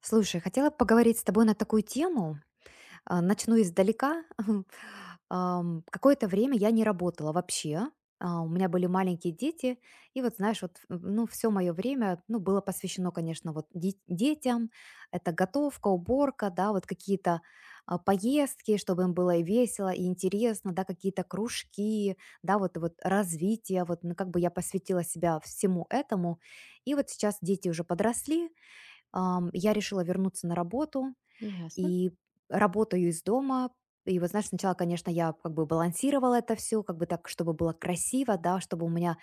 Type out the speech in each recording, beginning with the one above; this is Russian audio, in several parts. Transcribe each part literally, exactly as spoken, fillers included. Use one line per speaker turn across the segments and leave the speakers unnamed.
Слушай, хотела поговорить с тобой на такую тему. А, Начну издалека. Ам, Какое-то время я не работала вообще. А, У меня были маленькие дети, и вот, знаешь, вот, м, ну, все мое время, ну, было посвящено, конечно, вот де- детям. Это готовка, уборка, да, вот какие-то а, поездки, чтобы им было и весело, и интересно, да, какие-то кружки, да, вот, вот развитие, вот, ну, как бы я посвятила себя всему этому. И вот сейчас дети уже подросли, Ам, я решила вернуться на работу
Ясно.
и работаю из дома. И вот, знаешь, сначала, конечно, я как бы балансировала это все, как бы так, чтобы было красиво, да, чтобы у меня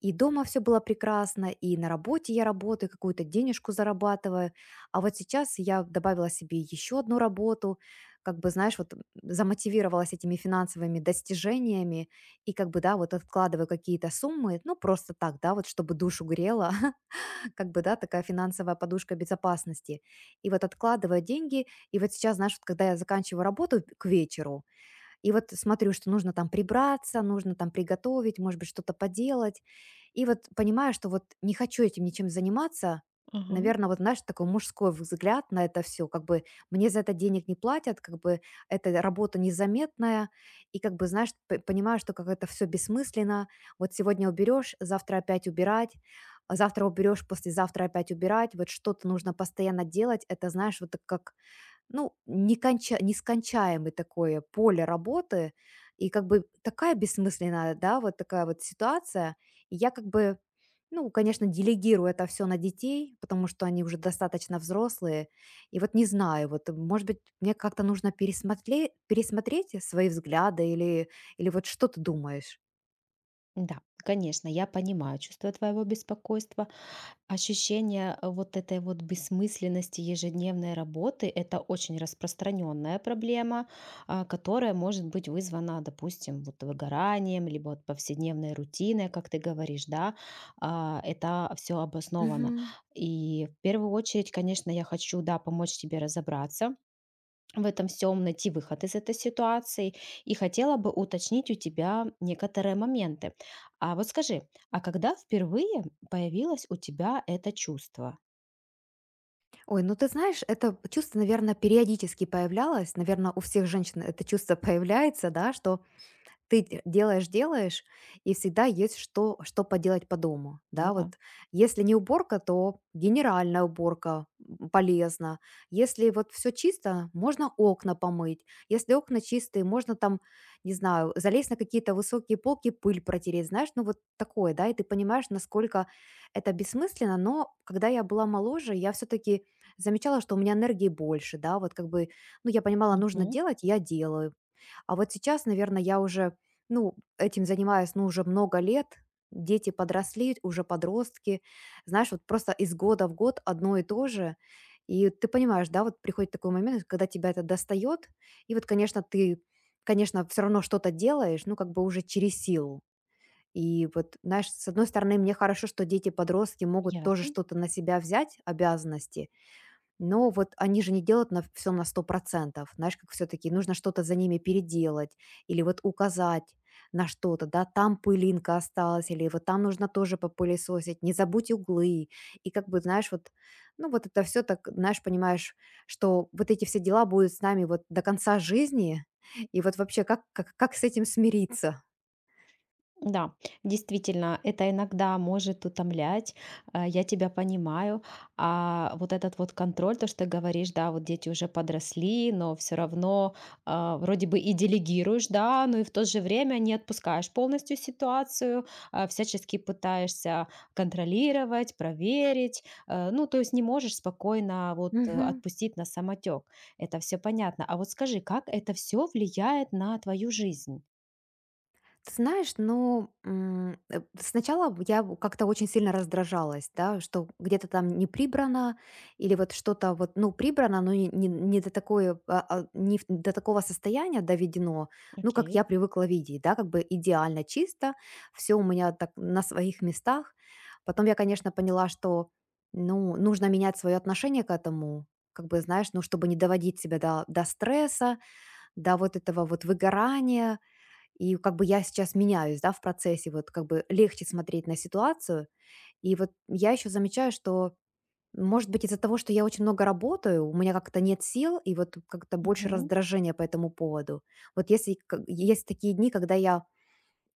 и дома все было прекрасно, и на работе я работаю, какую-то денежку зарабатываю. А вот сейчас я добавила себе еще одну работу, как бы, знаешь, вот м, замотивировалась этими финансовыми достижениями и как бы, да, вот откладываю какие-то суммы, ну, просто так, да, вот чтобы душу грело, как бы, да, такая финансовая подушка безопасности. И вот откладываю деньги. И вот сейчас, знаешь, вот когда я заканчиваю работу к вечеру, и вот смотрю, что нужно там прибраться, нужно там приготовить, может быть, что-то поделать. И вот понимаю, что вот не хочу этим ничем заниматься.
Ага.
Наверное, вот знаешь, такой мужской взгляд на это все, как бы мне за это денег не платят, как бы эта работа незаметная, и как бы, знаешь, п- понимаю, что как это все бессмысленно, вот сегодня уберешь, завтра опять убирать, а завтра уберешь, послезавтра опять убирать, вот что-то нужно постоянно делать, это, знаешь, вот так как ну, неконча нескончаемое такое поле работы, и как бы такая бессмысленная, да, вот такая вот ситуация. И я как бы, ну, конечно, делегирую это все на детей, потому что они уже достаточно взрослые. И вот не знаю, вот, э, может быть, мне как-то нужно пересмотреть пересмотреть свои взгляды или или вот что ты думаешь?
Да, конечно, я понимаю чувство твоего беспокойства. Ощущение э, вот этой вот бессмысленности ежедневной работы– это очень распространенная проблема, а, которая может быть вызвана, допустим, вот выгоранием, либо вот повседневной рутиной, как ты говоришь, да. А, это все обосновано.
Мгм.
И в первую очередь, конечно, я хочу, да, помочь тебе разобраться в этом всем найти выход из этой ситуации и хотела бы уточнить у тебя некоторые моменты. А вот скажи, а когда впервые появилось у тебя это чувство?
Ой, ну ты знаешь, это чувство, наверное, периодически появлялось. Наверное, у всех женщин это чувство появляется, да, что ты делаешь делаешь, и всегда есть что что поделать по дому.
Ну
Да,
да.
вот если не уборка, то генеральная уборка, м, полезна. Если вот все чисто, можно окна помыть. Если окна чистые, можно там, не знаю, залезть на какие-то высокие полки, пыль протереть. Знаешь, ну вот такое, да, и ты понимаешь, насколько это бессмысленно. Но когда я была моложе, я все таки замечала, что у меня энергии больше, да, вот как бы, ну, я понимала, нужно
Мгм.
делать, я делаю. А вот сейчас, наверное, я уже ну, этим занимаюсь, ну, уже много лет. Дети подросли, уже подростки. Знаешь, вот просто из года в год одно и то же. И ты понимаешь, да, вот приходит такой момент, когда тебя это достает. И вот, конечно, ты, конечно, все равно что-то делаешь, ну, как бы уже через силу. И вот, знаешь, с одной стороны, мне хорошо, что дети-подростки могут тоже
Ясно.
что-то на себя взять, обязанности, но вот они же не делают на все на сто процентов. Знаешь, как все таки нужно что-то за ними переделать или вот указать на что-то, да, там пылинка осталась или вот там нужно тоже попылесосить, не забудь углы. И как бы, знаешь, вот, ну, вот это все так, знаешь, понимаешь, что вот эти все дела будут с нами вот до конца жизни. И вот вообще, как как как с этим смириться?
Да, действительно, это иногда может утомлять, э, я тебя понимаю. А вот этот вот контроль, то, что ты говоришь, да, вот дети уже подросли, но все равно а, вроде бы и делегируешь, да, но и в то же время не отпускаешь полностью ситуацию, а, всячески пытаешься контролировать, проверить, э, ну, то есть не можешь спокойно вот э,
Мгм.
отпустить на самотек. Это все понятно. А вот скажи, как это все влияет на твою жизнь?
Ты знаешь, ну, м, э, сначала я б как-то очень сильно раздражалась, да, что где-то там не прибрано, или вот что-то вот, ну, прибрано, но не, не- не до такой, а, а, не в- до такого состояния доведено, ну, как
Окей.
я привыкла видеть, да, как бы идеально чисто, все у меня так на своих местах. Потом я, конечно, поняла, что, ну, нужно менять свое отношение к этому, как бы, знаешь, ну, чтобы не доводить себя до, до стресса, до вот этого вот выгорания, и как бы я сейчас меняюсь, да, в процессе, вот как бы легче смотреть на ситуацию. И вот я еще замечаю, что, может быть, из-за того, что я очень много работаю, у меня как-то нет сил и вот как-то больше
Мгм.
раздражения по этому поводу. Вот если к- есть такие дни, когда я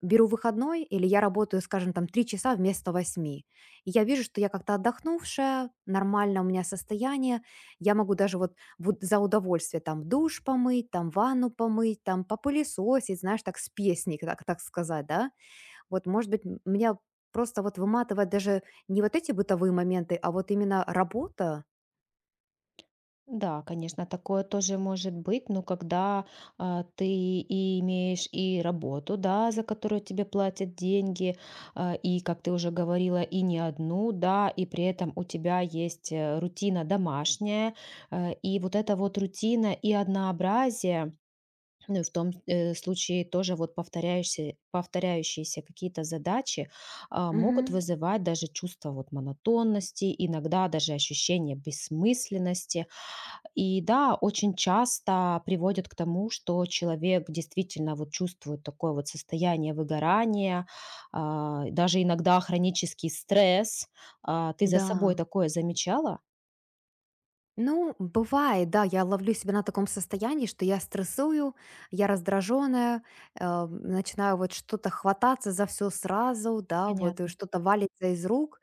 беру выходной или я работаю, скажем, там три часа вместо восьми. И я вижу, что я как-то отдохнувшая, нормально у меня состояние, я могу даже вот, вот за удовольствие там душ помыть, там ванну помыть, там попылесосить, знаешь, так с песней, так, так сказать, да. Вот, может быть, м- меня просто вот выматывает даже не вот эти бытовые моменты, а вот именно работа.
Да, конечно, такое тоже может быть, но когда а, ты и имеешь и работу, да, за которую тебе платят деньги, а, и, как ты уже говорила, и не одну, да, и при этом у тебя есть э, рутина домашняя, э, и вот эта вот рутина и однообразие, ну, и в том э, случае тоже вот повторяющиеся, повторяющиеся какие-то задачи а, могут
Мгм.
вызывать даже чувство вот монотонности, иногда даже ощущение бессмысленности, и да, очень часто приводит к тому, что человек действительно вот чувствует такое вот состояние выгорания, а, даже иногда хронический стресс. А, ты за
Да.
собой такое замечала?
Ну, бывает, да, я ловлю себя на таком состоянии, что я стрессую, я раздраженная, э, начинаю вот что-то хвататься за все сразу, да, вот э,
Понятно.
что-то валится из рук,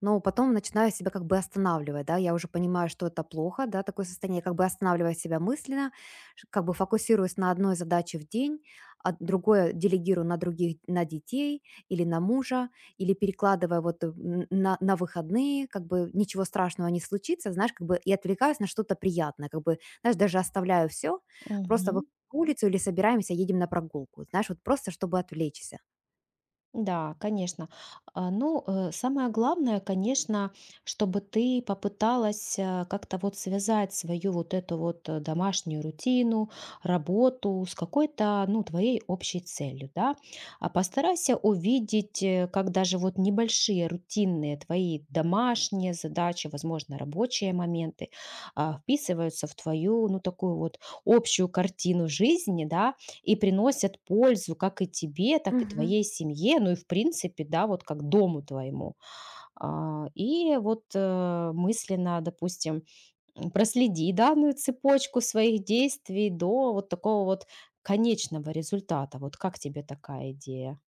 но потом начинаю себя как бы останавливать, да, я уже понимаю, что это плохо, да, такое состояние, как бы останавливаю себя мысленно, ш- как бы фокусируюсь на одной задаче в день, а другое делегирую на других, на детей или на мужа, или перекладывая вот э, н- на, на выходные, как бы ничего страшного не случится, знаешь, как бы и отвлекаюсь на что-то приятное, как бы, знаешь, даже оставляю все, просто выхожу
Мгм.
на улицу или собираемся, едем на прогулку, знаешь, вот просто чтобы отвлечься.
Да, конечно. А, Ну, э, самое главное, конечно, чтобы ты попыталась э, как-то вот связать свою вот эту вот э, домашнюю рутину, работу с какой-то, ну, твоей общей целью, да. А постарайся увидеть, э, как даже вот небольшие рутинные твои домашние задачи, возможно, рабочие моменты, а, вписываются в твою, ну, такую вот общую картину жизни, да, и приносят пользу как и тебе, так и
Мгм.
твоей семье, ну и в принципе, да, вот как дому твоему. А, и вот э, мысленно, допустим, м, проследи данную цепочку своих действий до вот такого вот конечного результата. Вот как тебе такая идея?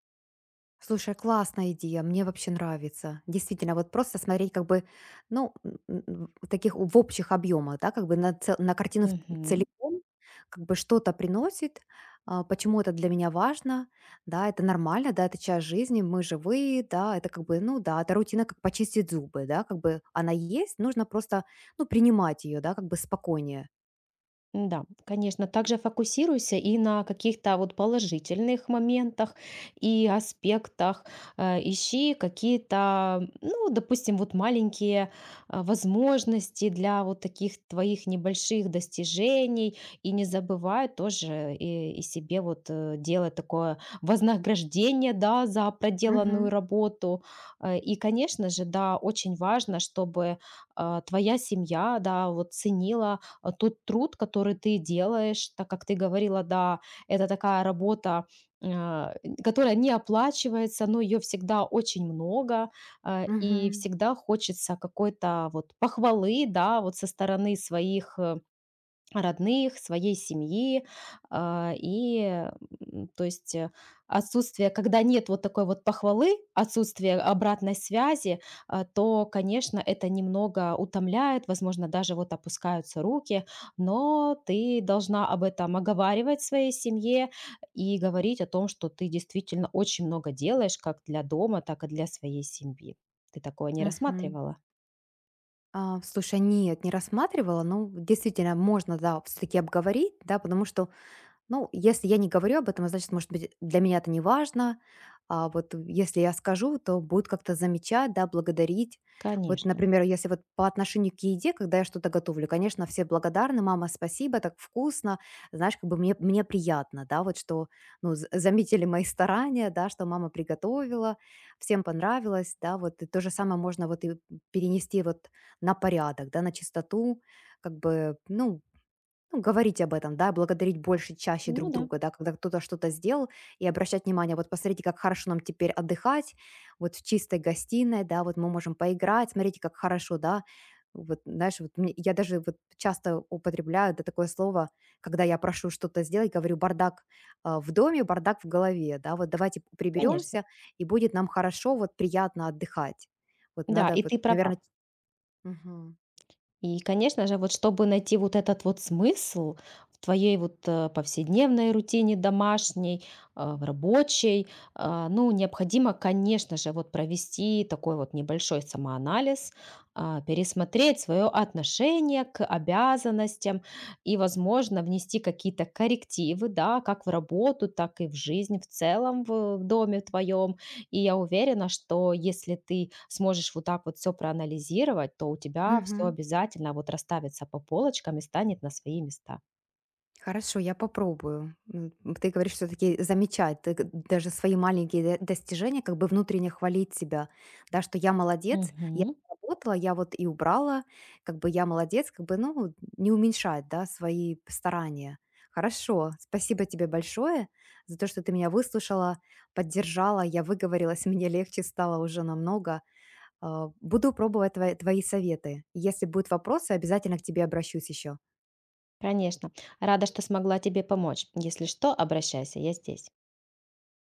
Слушай, классная идея, мне вообще нравится. Действительно, вот просто смотреть как бы, ну, м, м, в таких в общих объемах, да, как бы на, цел- на картину в- целиком, как бы что-то приносит, а, почему это для меня важно, да, это нормально, да, это часть жизни, мы живые, да, это как бы, ну, да, это рутина, как почистить зубы, да, как бы она есть, нужно просто, ну, принимать ее, да, как бы спокойнее.
Да, конечно, также фокусируйся и на каких-то вот положительных моментах и аспектах. Э, Ищи какие-то, ну, допустим, вот маленькие а, возможности для вот таких твоих небольших достижений. И не забывай тоже и, и себе вот э, делать такое вознаграждение, да, за проделанную
Угу,
работу. Э, И, конечно же, да, очень важно, чтобы а, твоя семья, да, вот ценила а, тот труд, который ты делаешь, так как ты говорила, да, это такая работа, а, которая не оплачивается, но ее всегда очень много, а, и всегда хочется какой-то вот похвалы, да, вот со стороны своих э, родных, своей семьи. А, и, м, то есть, э, отсутствие, когда нет вот такой вот похвалы, отсутствие обратной связи, а, то, конечно, это немного утомляет, возможно, даже вот опускаются руки, но ты должна об этом оговаривать своей семье и говорить о том, что ты действительно очень много делаешь как для дома, так и для своей семьи. Ты такое не
угу.
рассматривала?
А, слушай, нет, не рассматривала. Но действительно, можно, да, все-таки обговорить, да, потому что ну, если я не говорю об этом, а значит, может быть, для меня это не важно. А вот если я скажу, то будут как-то замечать, да, благодарить. Вот,
Конечно.
например, если вот по отношению к еде, когда я что-то готовлю, конечно, все благодарны, мама, спасибо, так вкусно, знаешь, как бы мне, мне приятно, да, вот что, ну, з- заметили мои старания, да, что мама приготовила, всем понравилось, да, вот и то же самое можно вот и перенести вот на порядок, да, на чистоту, как бы, ну, ну, говорить об этом, да, благодарить больше, чаще друг
Ну да,
друга, да, когда кто-то что-то сделал, и обращать внимание, вот посмотрите, как хорошо нам теперь отдыхать, вот в чистой гостиной, да, вот мы можем поиграть, смотрите, как хорошо, да, вот, знаешь, вот мне- я даже вот часто употребляю да, такое слово, когда я прошу что-то сделать, говорю бардак а, в доме, бардак в голове, да, вот давайте
конечно.
приберемся, и будет нам хорошо, вот приятно отдыхать. Вот
Да,
надо,
и
вот,
ты права.
наверное...
И, конечно же, вот чтобы найти вот этот вот смысл в твоей вот э, повседневной рутине домашней, а, в рабочей, а, ну, необходимо, конечно же, вот провести такой вот небольшой самоанализ, а, пересмотреть свое отношение к обязанностям и, возможно, внести какие-то коррективы, да, как в работу, так и в жизнь в целом в, в доме твоем, и я уверена, что если ты сможешь вот так вот все проанализировать, то у тебя все
Угу.
обязательно вот расставится по полочкам и станет на свои места.
Хорошо, я попробую. М, Ты говоришь все-таки замечать, ты г- даже свои маленькие д- достижения, как бы внутренне хвалить себя, да, что я молодец, я
Мгм.
работала, я вот и убрала, как бы я молодец, как бы, ну, не уменьшать, да, свои старания. Хорошо, спасибо тебе большое за то, что ты меня выслушала, поддержала, я выговорилась, мне легче стало уже намного. А, Буду пробовать твои, твои советы. Если будут вопросы, обязательно к тебе обращусь еще.
Конечно. Рада, что смогла тебе помочь. Если что, обращайся, я здесь.